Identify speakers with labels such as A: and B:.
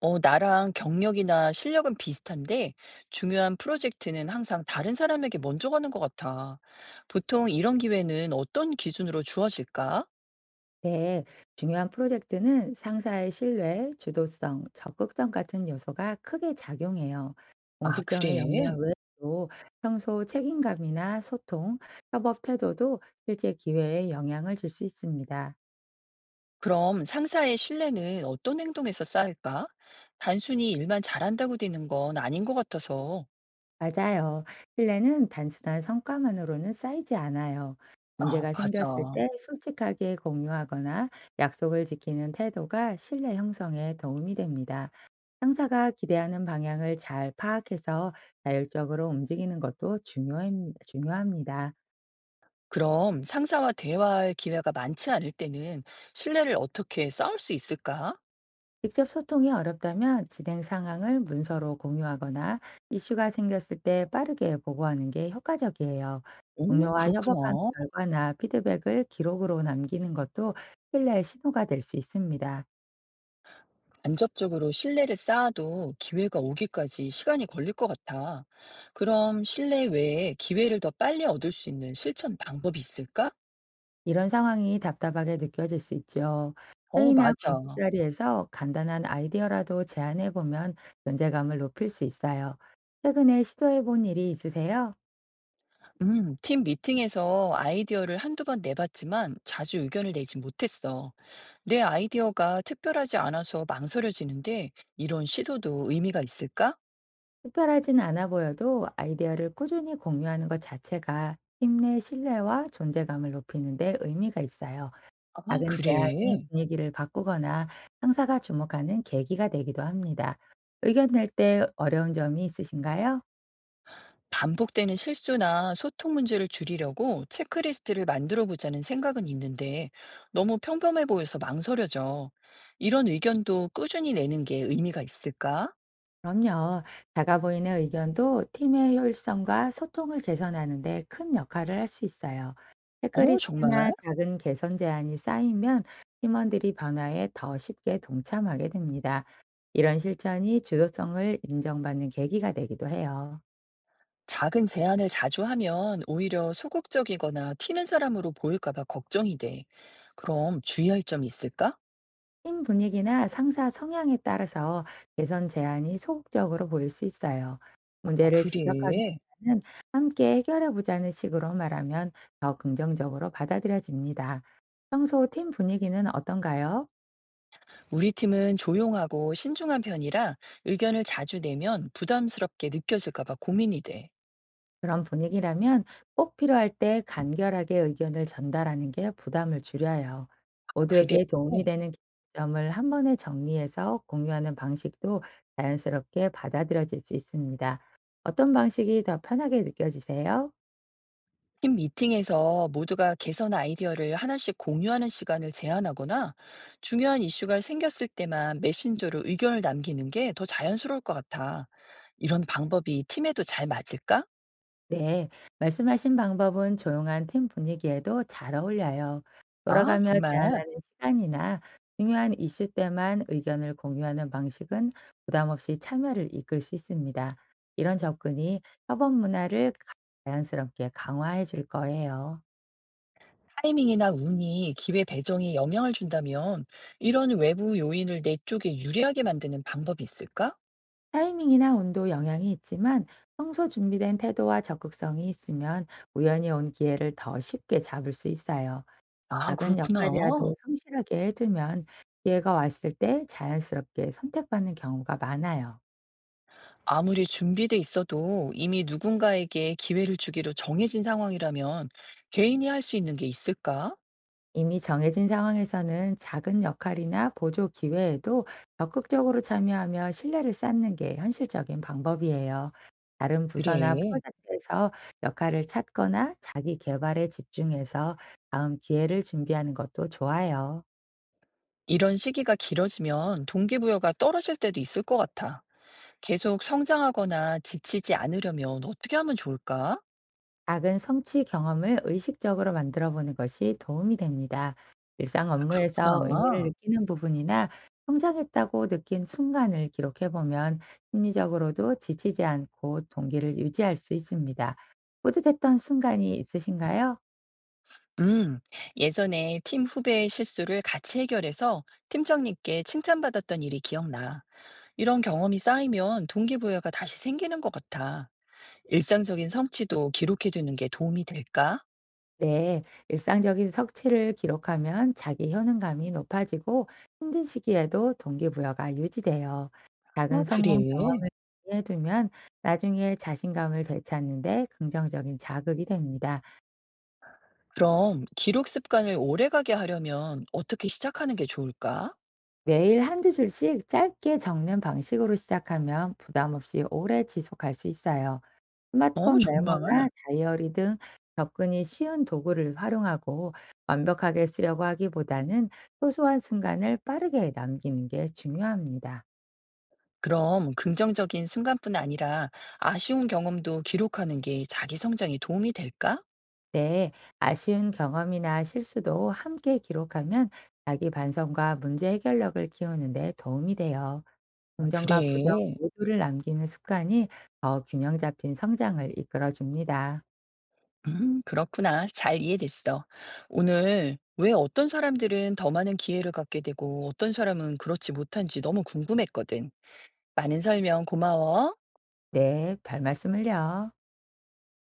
A: 어, 나랑 경력이나 실력은 비슷한데 중요한 프로젝트는 항상 다른 사람에게 먼저 가는 것 같아. 보통 이런 기회는 어떤 기준으로 주어질까?
B: 네, 중요한 프로젝트는 상사의 신뢰, 주도성, 적극성 같은 요소가 크게 작용해요.
A: 아,
B: 공식적인
A: 그래?
B: 역량 외에도 평소 책임감이나 소통, 협업 태도도 실제 기회에 영향을 줄 수 있습니다.
A: 그럼 상사의 신뢰는 어떤 행동에서 쌓일까? 단순히 일만 잘한다고 되는 건 아닌 것 같아서.
B: 맞아요. 신뢰는 단순한 성과만으로는 쌓이지 않아요.
A: 아,
B: 문제가
A: 맞아.
B: 생겼을 때 솔직하게 공유하거나 약속을 지키는 태도가 신뢰 형성에 도움이 됩니다. 상사가 기대하는 방향을 잘 파악해서 자율적으로 움직이는 것도 중요합니다.
A: 그럼 상사와 대화할 기회가 많지 않을 때는 신뢰를 어떻게 쌓을 수 있을까?
B: 직접 소통이 어렵다면 진행 상황을 문서로 공유하거나 이슈가 생겼을 때 빠르게 보고하는 게 효과적이에요. 공
A: 오,
B: 동료와 협업한
A: 그렇구나.
B: 결과나 피드백을 기록으로 남기는 것도 신뢰의 신호가 될 수 있습니다.
A: 간접적으로 신뢰를 쌓아도 기회가 오기까지 시간이 걸릴 것 같아. 그럼 신뢰 외에 기회를 더 빨리 얻을 수 있는 실천 방법이 있을까?
B: 이런 상황이 답답하게 느껴질 수 있죠.
A: 어,
B: 회의나
A: 맞아.
B: 공식 자리에서 간단한 아이디어라도 제안해 보면 존재감을 높일 수 있어요. 최근에 시도해 본 일이 있으세요?
A: 팀 미팅에서 아이디어를 한두 번 내봤지만 자주 의견을 내지 못했어. 내 아이디어가 특별하지 않아서 망설여지는데 이런 시도도 의미가 있을까?
B: 특별하진 않아 보여도 아이디어를 꾸준히 공유하는 것 자체가 팀 내 신뢰와 존재감을 높이는 데 의미가 있어요.
A: 아,
B: 작은 제안이
A: 그래.
B: 분위기를 바꾸거나 상사가 주목하는 계기가 되기도 합니다. 의견 낼 때 어려운 점이 있으신가요?
A: 반복되는 실수나 소통 문제를 줄이려고 체크리스트를 만들어 보자는 생각은 있는데 너무 평범해 보여서 망설여져. 이런 의견도 꾸준히 내는 게 의미가 있을까?
B: 그럼요. 작아 보이는 의견도 팀의 효율성과 소통을 개선하는 데 큰 역할을 할 수 있어요.
A: 어,
B: 체크리스트나
A: 정말?
B: 작은 개선 제안이 쌓이면 팀원들이 변화에 더 쉽게 동참하게 됩니다. 이런 실천이 주도성을 인정받는 계기가 되기도 해요.
A: 작은 제안을 자주 하면 오히려 소극적이거나 튀는 사람으로 보일까 봐 걱정이 돼. 그럼 주의할 점이 있을까?
B: 팀 분위기나 상사 성향에 따라서 개선 제안이 소극적으로 보일 수 있어요.
A: 아,
B: 문제를
A: 그래.
B: 지적하기보다는 함께 해결해 보자는 식으로 말하면 더 긍정적으로 받아들여집니다. 평소 팀 분위기는 어떤가요?
A: 우리 팀은 조용하고 신중한 편이라 의견을 자주 내면 부담스럽게 느껴질까 봐 고민이 돼.
B: 그런 분위기라면 꼭 필요할 때 간결하게 의견을 전달하는 게 부담을 줄여요.
A: 아, 그래.
B: 모두에게 도움이 되는 점을 한 번에 정리해서 공유하는 방식도 자연스럽게 받아들여질 수 있습니다. 어떤 방식이 더 편하게 느껴지세요?
A: 팀 미팅에서 모두가 개선 아이디어를 하나씩 공유하는 시간을 제한하거나 중요한 이슈가 생겼을 때만 메신저로 의견을 남기는 게 더 자연스러울 것 같아. 이런 방법이 팀에도 잘 맞을까?
B: 네, 말씀하신 방법은 조용한 팀 분위기에도 잘 어울려요.
A: 아,
B: 돌아가며
A: 정말.
B: 제안하는 시간이나 중요한 이슈 때만 의견을 공유하는 방식은 부담 없이 참여를 이끌 수 있습니다. 이런 접근이 협업 문화를 자연스럽게 강화해 줄 거예요.
A: 타이밍이나 운이 기회 배정에 영향을 준다면 이런 외부 요인을 내 쪽에 유리하게 만드는 방법이 있을까?
B: 타이밍이나 온도 영향이 있지만 평소 준비된 태도와 적극성이 있으면 우연히 온 기회를 더 쉽게 잡을 수 있어요.
A: 아,
B: 작은
A: 그렇구나.
B: 역할이라도 성실하게 해두면 기회가 왔을 때 자연스럽게 선택받는 경우가 많아요.
A: 아무리 준비돼 있어도 이미 누군가에게 기회를 주기로 정해진 상황이라면 개인이 할 수 있는 게 있을까?
B: 이미 정해진 상황에서는 작은 역할이나 보조 기회에도 적극적으로 참여하며 신뢰를 쌓는 게 현실적인 방법이에요. 다른 부서나
A: 그래.
B: 프로젝트에서 역할을 찾거나 자기 개발에 집중해서 다음 기회를 준비하는 것도 좋아요.
A: 이런 시기가 길어지면 동기부여가 떨어질 때도 있을 것 같아. 계속 성장하거나 지치지 않으려면 어떻게 하면 좋을까?
B: 작은 성취 경험을 의식적으로 만들어 보는 것이 도움이 됩니다. 일상
A: 아,
B: 업무에서 의미를
A: 그렇구나.
B: 느끼는 부분이나 성장했다고 느낀 순간을 기록해 보면 심리적으로도 지치지 않고 동기를 유지할 수 있습니다. 뿌듯했던 순간이 있으신가요?
A: 음, 예전에 팀 후배의 실수를 같이 해결해서 팀장님께 칭찬받았던 일이 기억나. 이런 경험이 쌓이면 동기부여가 다시 생기는 것 같아. 일상적인 성취도 기록해두는 게 도움이 될까?
B: 네, 일상적인 성취를 기록하면 자기 효능감이 높아지고 힘든 시기에도 동기부여가 유지돼요.
A: 아,
B: 작은 성공
A: 그래.
B: 경험을 해두면 나중에 자신감을 되찾는데 긍정적인 자극이 됩니다.
A: 그럼 기록 습관을 오래가게 하려면 어떻게 시작하는 게 좋을까?
B: 매일 한두 줄씩 짧게 적는 방식으로 시작하면 부담 없이 오래 지속할 수 있어요.
A: 어,
B: 스마트폰 메모나
A: 정말?
B: 다이어리 등 접근이 쉬운 도구를 활용하고 완벽하게 쓰려고 하기보다는 소소한 순간을 빠르게 남기는 게 중요합니다.
A: 그럼 긍정적인 순간뿐 아니라 아쉬운 경험도 기록하는 게 자기 성장에 도움이 될까?
B: 네, 아쉬운 경험이나 실수도 함께 기록하면 자기 반성과 문제 해결력을 키우는 데 도움이 돼요.
A: 아,
B: 긍정과 부정
A: 그래.
B: 모두를 남기는 습관이 더 균형 잡힌 성장을 이끌어 줍니다.
A: 그렇구나. 잘 이해됐어. 오늘 왜 어떤 사람들은 더 많은 기회를 갖게 되고 어떤 사람은 그렇지 못한지 너무 궁금했거든. 많은 설명 고마워.
B: 네, 별 말씀을요.